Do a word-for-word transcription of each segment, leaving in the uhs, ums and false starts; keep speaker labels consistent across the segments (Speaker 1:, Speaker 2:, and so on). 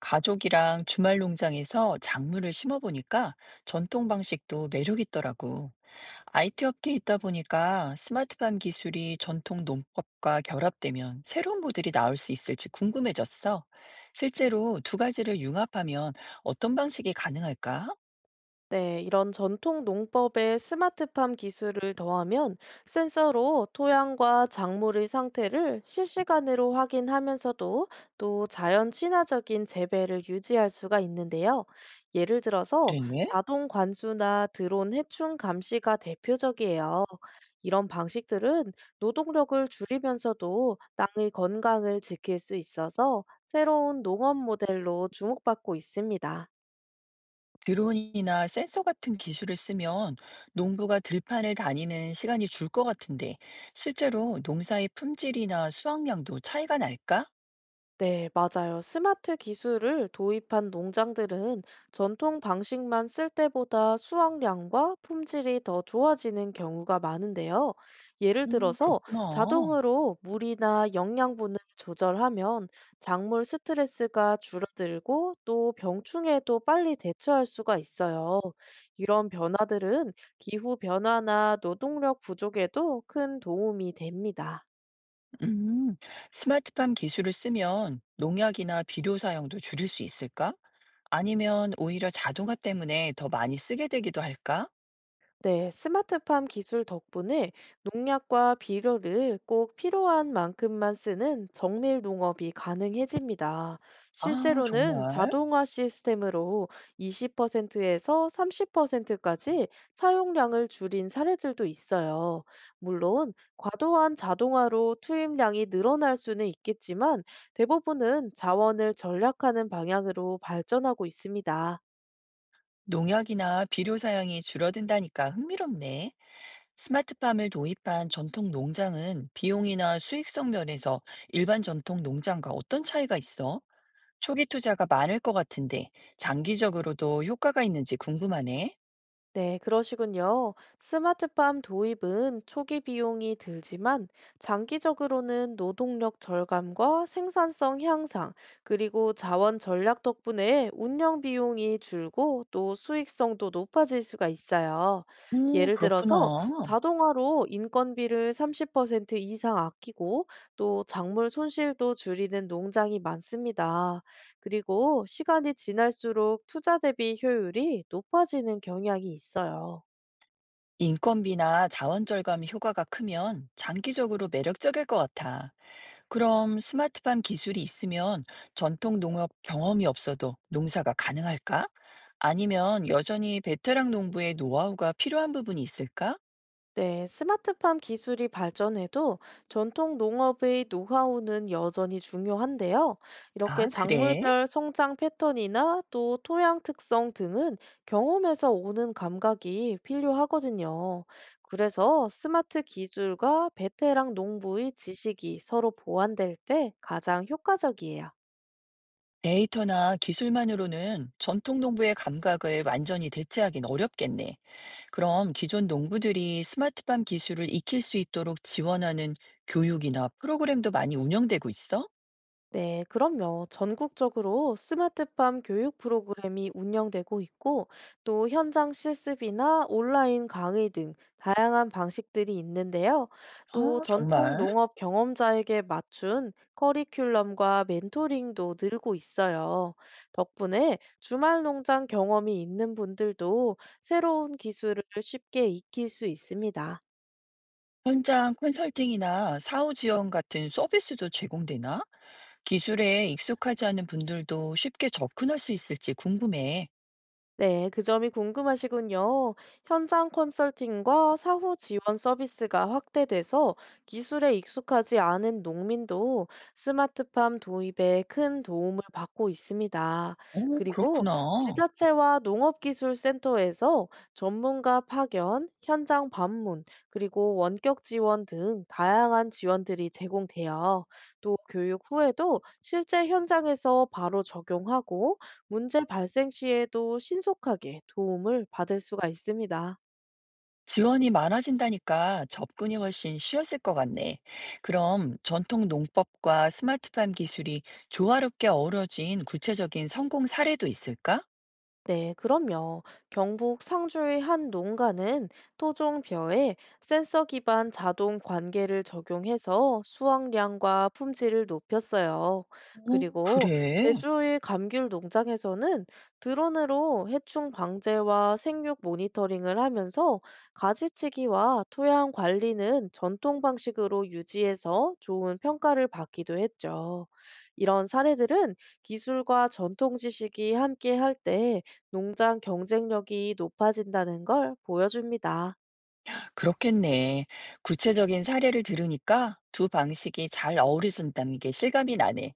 Speaker 1: 가족이랑 주말 농장에서 작물을 심어보니까 전통 방식도 매력 있더라고. 아이티 업계에 있다 보니까 스마트팜 기술이 전통 농법과 결합되면 새로운 모델이 나올 수 있을지 궁금해졌어. 실제로 두 가지를 융합하면 어떤 방식이 가능할까?
Speaker 2: 네, 이런 전통 농법에 스마트팜 기술을 더하면 센서로 토양과 작물의 상태를 실시간으로 확인하면서도 또 자연 친화적인 재배를 유지할 수가 있는데요. 예를 들어서
Speaker 1: 그래?
Speaker 2: 자동 관수나 드론 해충 감시가 대표적이에요. 이런 방식들은 노동력을 줄이면서도 땅의 건강을 지킬 수 있어서 새로운 농업 모델로 주목받고 있습니다.
Speaker 1: 드론이나 센서 같은 기술을 쓰면 농부가 들판을 다니는 시간이 줄 것 같은데 실제로 농사의 품질이나 수확량도 차이가 날까?
Speaker 2: 네, 맞아요. 스마트 기술을 도입한 농장들은 전통 방식만 쓸 때보다 수확량과 품질이 더 좋아지는 경우가 많은데요. 예를
Speaker 1: 음,
Speaker 2: 들어서
Speaker 1: 그렇구나.
Speaker 2: 자동으로 물이나 영양분을 조절하면 작물 스트레스가 줄어들고 또 병충해도 빨리 대처할 수가 있어요. 이런 변화들은 기후 변화나 노동력 부족에도 큰 도움이 됩니다.
Speaker 1: 음, 스마트팜 기술을 쓰면 농약이나 비료 사용도 줄일 수 있을까? 아니면 오히려 자동화 때문에 더 많이 쓰게 되기도 할까?
Speaker 2: 네, 스마트팜 기술 덕분에 농약과 비료를 꼭 필요한 만큼만 쓰는 정밀 농업이 가능해집니다.
Speaker 1: 아,
Speaker 2: 실제로는
Speaker 1: 정말?
Speaker 2: 자동화 시스템으로 이십 퍼센트에서 삼십 퍼센트까지 사용량을 줄인 사례들도 있어요. 물론, 과도한 자동화로 투입량이 늘어날 수는 있겠지만 대부분은 자원을 절약하는 방향으로 발전하고 있습니다.
Speaker 1: 농약이나 비료 사용이 줄어든다니까 흥미롭네. 스마트팜을 도입한 전통 농장은 비용이나 수익성 면에서 일반 전통 농장과 어떤 차이가 있어? 초기 투자가 많을 것 같은데 장기적으로도 효과가 있는지 궁금하네.
Speaker 2: 네, 그러시군요. 스마트팜 도입은 초기 비용이 들지만 장기적으로는 노동력 절감과 생산성 향상, 그리고 자원 전략 덕분에 운영 비용이 줄고 또 수익성도 높아질 수가 있어요.
Speaker 1: 음,
Speaker 2: 예를
Speaker 1: 그렇구나.
Speaker 2: 들어서 자동화로 인건비를 삼십 퍼센트 이상 아끼고 또 작물 손실도 줄이는 농장이 많습니다. 그리고 시간이 지날수록 투자 대비 효율이 높아지는 경향이 있어요.
Speaker 1: 인건비나 자원 절감 효과가 크면 장기적으로 매력적일 것 같아. 그럼 스마트팜 기술이 있으면 전통 농업 경험이 없어도 농사가 가능할까? 아니면 여전히 베테랑 농부의 노하우가 필요한 부분이 있을까?
Speaker 2: 네, 스마트팜 기술이 발전해도 전통 농업의 노하우는 여전히 중요한데요. 이렇게
Speaker 1: 아, 그래?
Speaker 2: 작물별 성장 패턴이나 또 토양 특성 등은 경험에서 오는 감각이 필요하거든요. 그래서 스마트 기술과 베테랑 농부의 지식이 서로 보완될 때 가장 효과적이에요.
Speaker 1: 데이터나 기술만으로는 전통 농부의 감각을 완전히 대체하긴 어렵겠네. 그럼 기존 농부들이 스마트팜 기술을 익힐 수 있도록 지원하는 교육이나 프로그램도 많이 운영되고 있어?
Speaker 2: 네, 그럼요. 전국적으로 스마트팜 교육 프로그램이 운영되고 있고, 또 현장 실습이나 온라인 강의 등 다양한 방식들이 있는데요.
Speaker 1: 아
Speaker 2: 또 전통
Speaker 1: 정말?
Speaker 2: 농업 경험자에게 맞춘 커리큘럼과 멘토링도 늘고 있어요. 덕분에 주말 농장 경험이 있는 분들도 새로운 기술을 쉽게 익힐 수 있습니다.
Speaker 1: 현장 컨설팅이나 사후 지원 같은 서비스도 제공되나? 기술에 익숙하지 않은 분들도 쉽게 접근할 수 있을지 궁금해.
Speaker 2: 네, 그 점이 궁금하시군요. 현장 컨설팅과 사후 지원 서비스가 확대돼서 기술에 익숙하지 않은 농민도 스마트팜 도입에 큰 도움을 받고 있습니다.
Speaker 1: 어,
Speaker 2: 그리고
Speaker 1: 그렇구나.
Speaker 2: 지자체와 농업기술센터에서 전문가 파견, 현장 방문, 그리고 원격 지원 등 다양한 지원들이 제공돼요. 또 교육 후에도 실제 현장에서 바로 적용하고 문제 발생 시에도 신속하게 도움을 받을 수가 있습니다.
Speaker 1: 지원이 많아진다니까 접근이 훨씬 쉬웠을 것 같네. 그럼 전통 농법과 스마트팜 기술이 조화롭게 어우러진 구체적인 성공 사례도 있을까?
Speaker 2: 네, 그럼요. 경북 상주의 한 농가는 토종벼에 센서 기반 자동 관계를 적용해서 수확량과 품질을 높였어요.
Speaker 1: 어,
Speaker 2: 그리고
Speaker 1: 그래.
Speaker 2: 제주의 감귤 농장에서는 드론으로 해충 방제와 생육 모니터링을 하면서 가지치기와 토양 관리는 전통 방식으로 유지해서 좋은 평가를 받기도 했죠. 이런 사례들은 기술과 전통 지식이 함께 할때 농장 경쟁력이 높아진다는 걸 보여줍니다.
Speaker 1: 그렇겠네. 구체적인 사례를 들으니까 두 방식이 잘 어우러진다는 게 실감이 나네.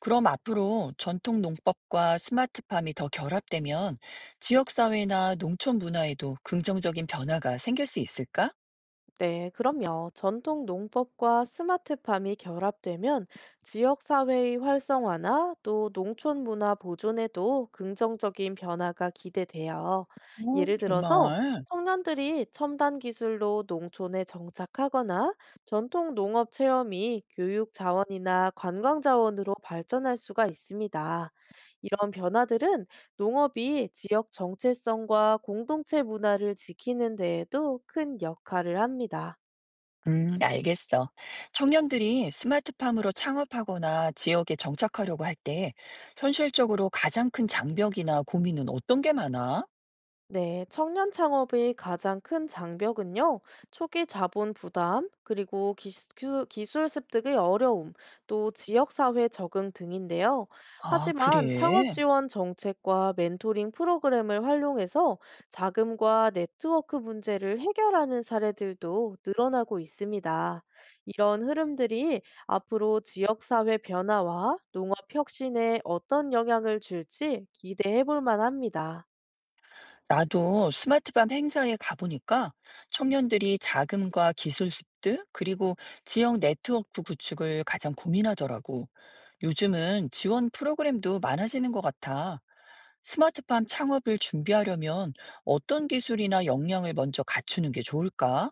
Speaker 1: 그럼 앞으로 전통 농법과 스마트팜이 더 결합되면 지역사회나 농촌 문화에도 긍정적인 변화가 생길 수 있을까?
Speaker 2: 네, 그럼요. 전통 농법과 스마트팜이 결합되면 지역사회의 활성화나 또 농촌 문화 보존에도 긍정적인 변화가 기대돼요.
Speaker 1: 오
Speaker 2: 예를 들어서
Speaker 1: 정말.
Speaker 2: 청년들이 첨단 기술로 농촌에 정착하거나 전통 농업 체험이 교육 자원이나 관광 자원으로 발전할 수가 있습니다. 이런 변화들은 농업이 지역 정체성과 공동체 문화를 지키는 데에도 큰 역할을 합니다.
Speaker 1: 음, 알겠어. 청년들이 스마트팜으로 창업하거나 지역에 정착하려고 할 때 현실적으로 가장 큰 장벽이나 고민은 어떤 게 많아?
Speaker 2: 네, 청년 창업의 가장 큰 장벽은요, 초기 자본 부담, 그리고 기수- 기술, 기술 습득의 어려움, 또 지역사회 적응 등인데요.
Speaker 1: 아,
Speaker 2: 하지만 창업
Speaker 1: 그래.
Speaker 2: 지원 정책과 멘토링 프로그램을 활용해서 자금과 네트워크 문제를 해결하는 사례들도 늘어나고 있습니다. 이런 흐름들이 앞으로 지역사회 변화와 농업 혁신에 어떤 영향을 줄지 기대해 볼 만합니다.
Speaker 1: 나도 스마트밤 행사에 가보니까 청년들이 자금과 기술 습득, 그리고 지역 네트워크 구축을 가장 고민하더라고. 요즘은 지원 프로그램도 많아지는 것 같아. 스마트팜 창업을 준비하려면 어떤 기술이나 역량을 먼저 갖추는 게 좋을까?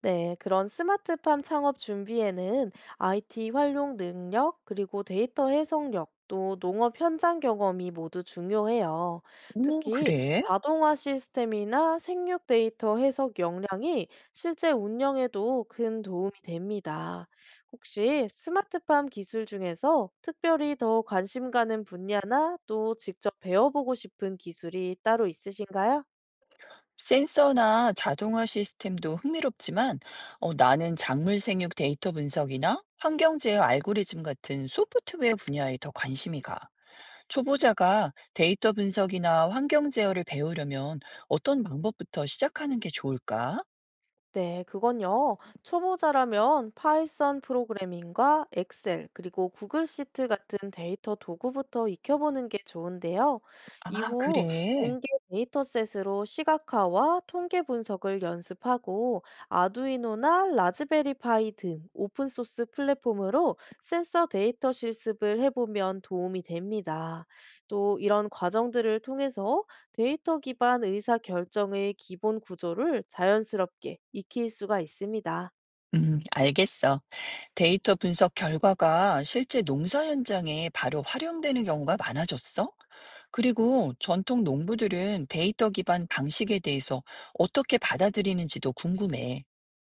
Speaker 2: 네, 그런 스마트팜 창업 준비에는 아이티 활용 능력, 그리고 데이터 해석력, 또 농업 현장 경험이 모두 중요해요.
Speaker 1: 오,
Speaker 2: 특히
Speaker 1: 그래?
Speaker 2: 자동화 시스템이나 생육 데이터 해석 역량이 실제 운영에도 큰 도움이 됩니다. 혹시 스마트팜 기술 중에서 특별히 더 관심 가는 분야나 또 직접 배워보고 싶은 기술이 따로 있으신가요?
Speaker 1: 센서나 자동화 시스템도 흥미롭지만 어, 나는 작물 생육 데이터 분석이나 환경 제어 알고리즘 같은 소프트웨어 분야에 더 관심이 가. 초보자가 데이터 분석이나 환경 제어를 배우려면 어떤 방법부터 시작하는 게 좋을까?
Speaker 2: 네, 그건요. 초보자라면 파이썬 프로그래밍과 엑셀, 그리고 구글 시트 같은 데이터 도구부터 익혀보는 게 좋은데요.
Speaker 1: 아,
Speaker 2: 이후
Speaker 1: 그래.
Speaker 2: 공개 데이터셋으로 시각화와 통계 분석을 연습하고 아두이노나 라즈베리파이 등 오픈소스 플랫폼으로 센서 데이터 실습을 해보면 도움이 됩니다. 또 이런 과정들을 통해서 데이터 기반 의사결정의 기본 구조를 자연스럽게 익힐 수가 있습니다.
Speaker 1: 음, 알겠어. 데이터 분석 결과가 실제 농사 현장에 바로 활용되는 경우가 많아졌어? 그리고 전통 농부들은 데이터 기반 방식에 대해서 어떻게 받아들이는지도 궁금해.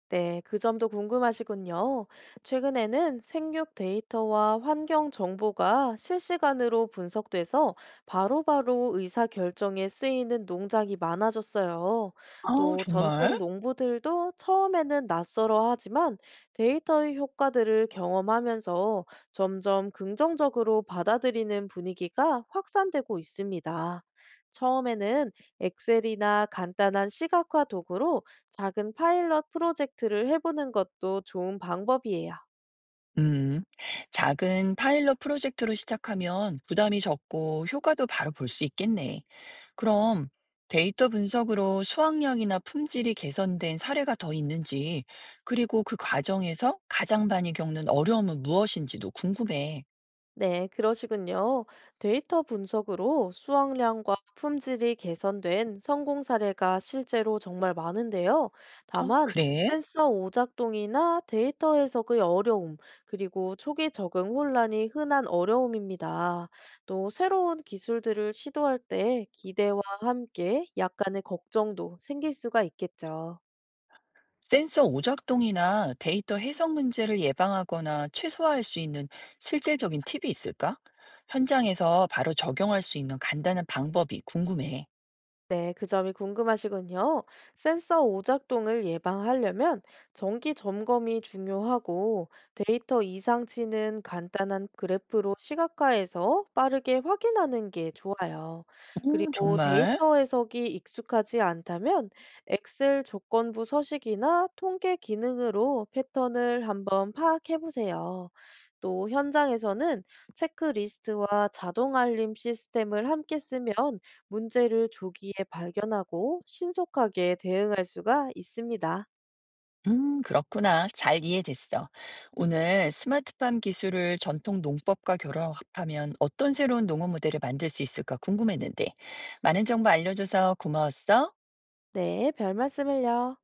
Speaker 2: 네, 그 점도 궁금하시군요. 최근에는 생육 데이터와 환경 정보가 실시간으로 분석돼서 바로바로 의사 결정에 쓰이는 농장이 많아졌어요.
Speaker 1: 아,
Speaker 2: 또
Speaker 1: 정말?
Speaker 2: 전통 농부들도 처음에는 낯설어 하지만 데이터의 효과들을 경험하면서 점점 긍정적으로 받아들이는 분위기가 확산되고 있습니다. 처음에는 엑셀이나 간단한 시각화 도구로 작은 파일럿 프로젝트를 해보는 것도 좋은 방법이에요.
Speaker 1: 음, 작은 파일럿 프로젝트로 시작하면 부담이 적고 효과도 바로 볼 수 있겠네. 그럼 데이터 분석으로 수확량이나 품질이 개선된 사례가 더 있는지, 그리고 그 과정에서 가장 많이 겪는 어려움은 무엇인지도 궁금해.
Speaker 2: 네, 그러시군요. 데이터 분석으로 수확량과 품질이 개선된 성공 사례가 실제로 정말 많은데요.
Speaker 1: 아,
Speaker 2: 다만,
Speaker 1: 그래?
Speaker 2: 센서 오작동이나 데이터 해석의 어려움, 그리고 초기 적응 혼란이 흔한 어려움입니다. 또 새로운 기술들을 시도할 때 기대와 함께 약간의 걱정도 생길 수가 있겠죠.
Speaker 1: 센서 오작동이나 데이터 해석 문제를 예방하거나 최소화할 수 있는 실질적인 팁이 있을까? 현장에서 바로 적용할 수 있는 간단한 방법이 궁금해.
Speaker 2: 네, 그 점이 궁금하시군요. 센서 오작동을 예방하려면 정기 점검이 중요하고 데이터 이상치는 간단한 그래프로 시각화해서 빠르게 확인하는 게 좋아요.
Speaker 1: 음,
Speaker 2: 그리고
Speaker 1: 정말?
Speaker 2: 데이터 해석이 익숙하지 않다면 엑셀 조건부 서식이나 통계 기능으로 패턴을 한번 파악해 보세요. 또 현장에서는 체크리스트와 자동 알림 시스템을 함께 쓰면 문제를 조기에 발견하고 신속하게 대응할 수가 있습니다.
Speaker 1: 음, 그렇구나. 잘 이해됐어. 오늘 스마트팜 기술을 전통 농법과 결합하면 어떤 새로운 농업 모델을 만들 수 있을까 궁금했는데, 많은 정보 알려줘서 고마웠어.
Speaker 2: 네, 별 말씀을요.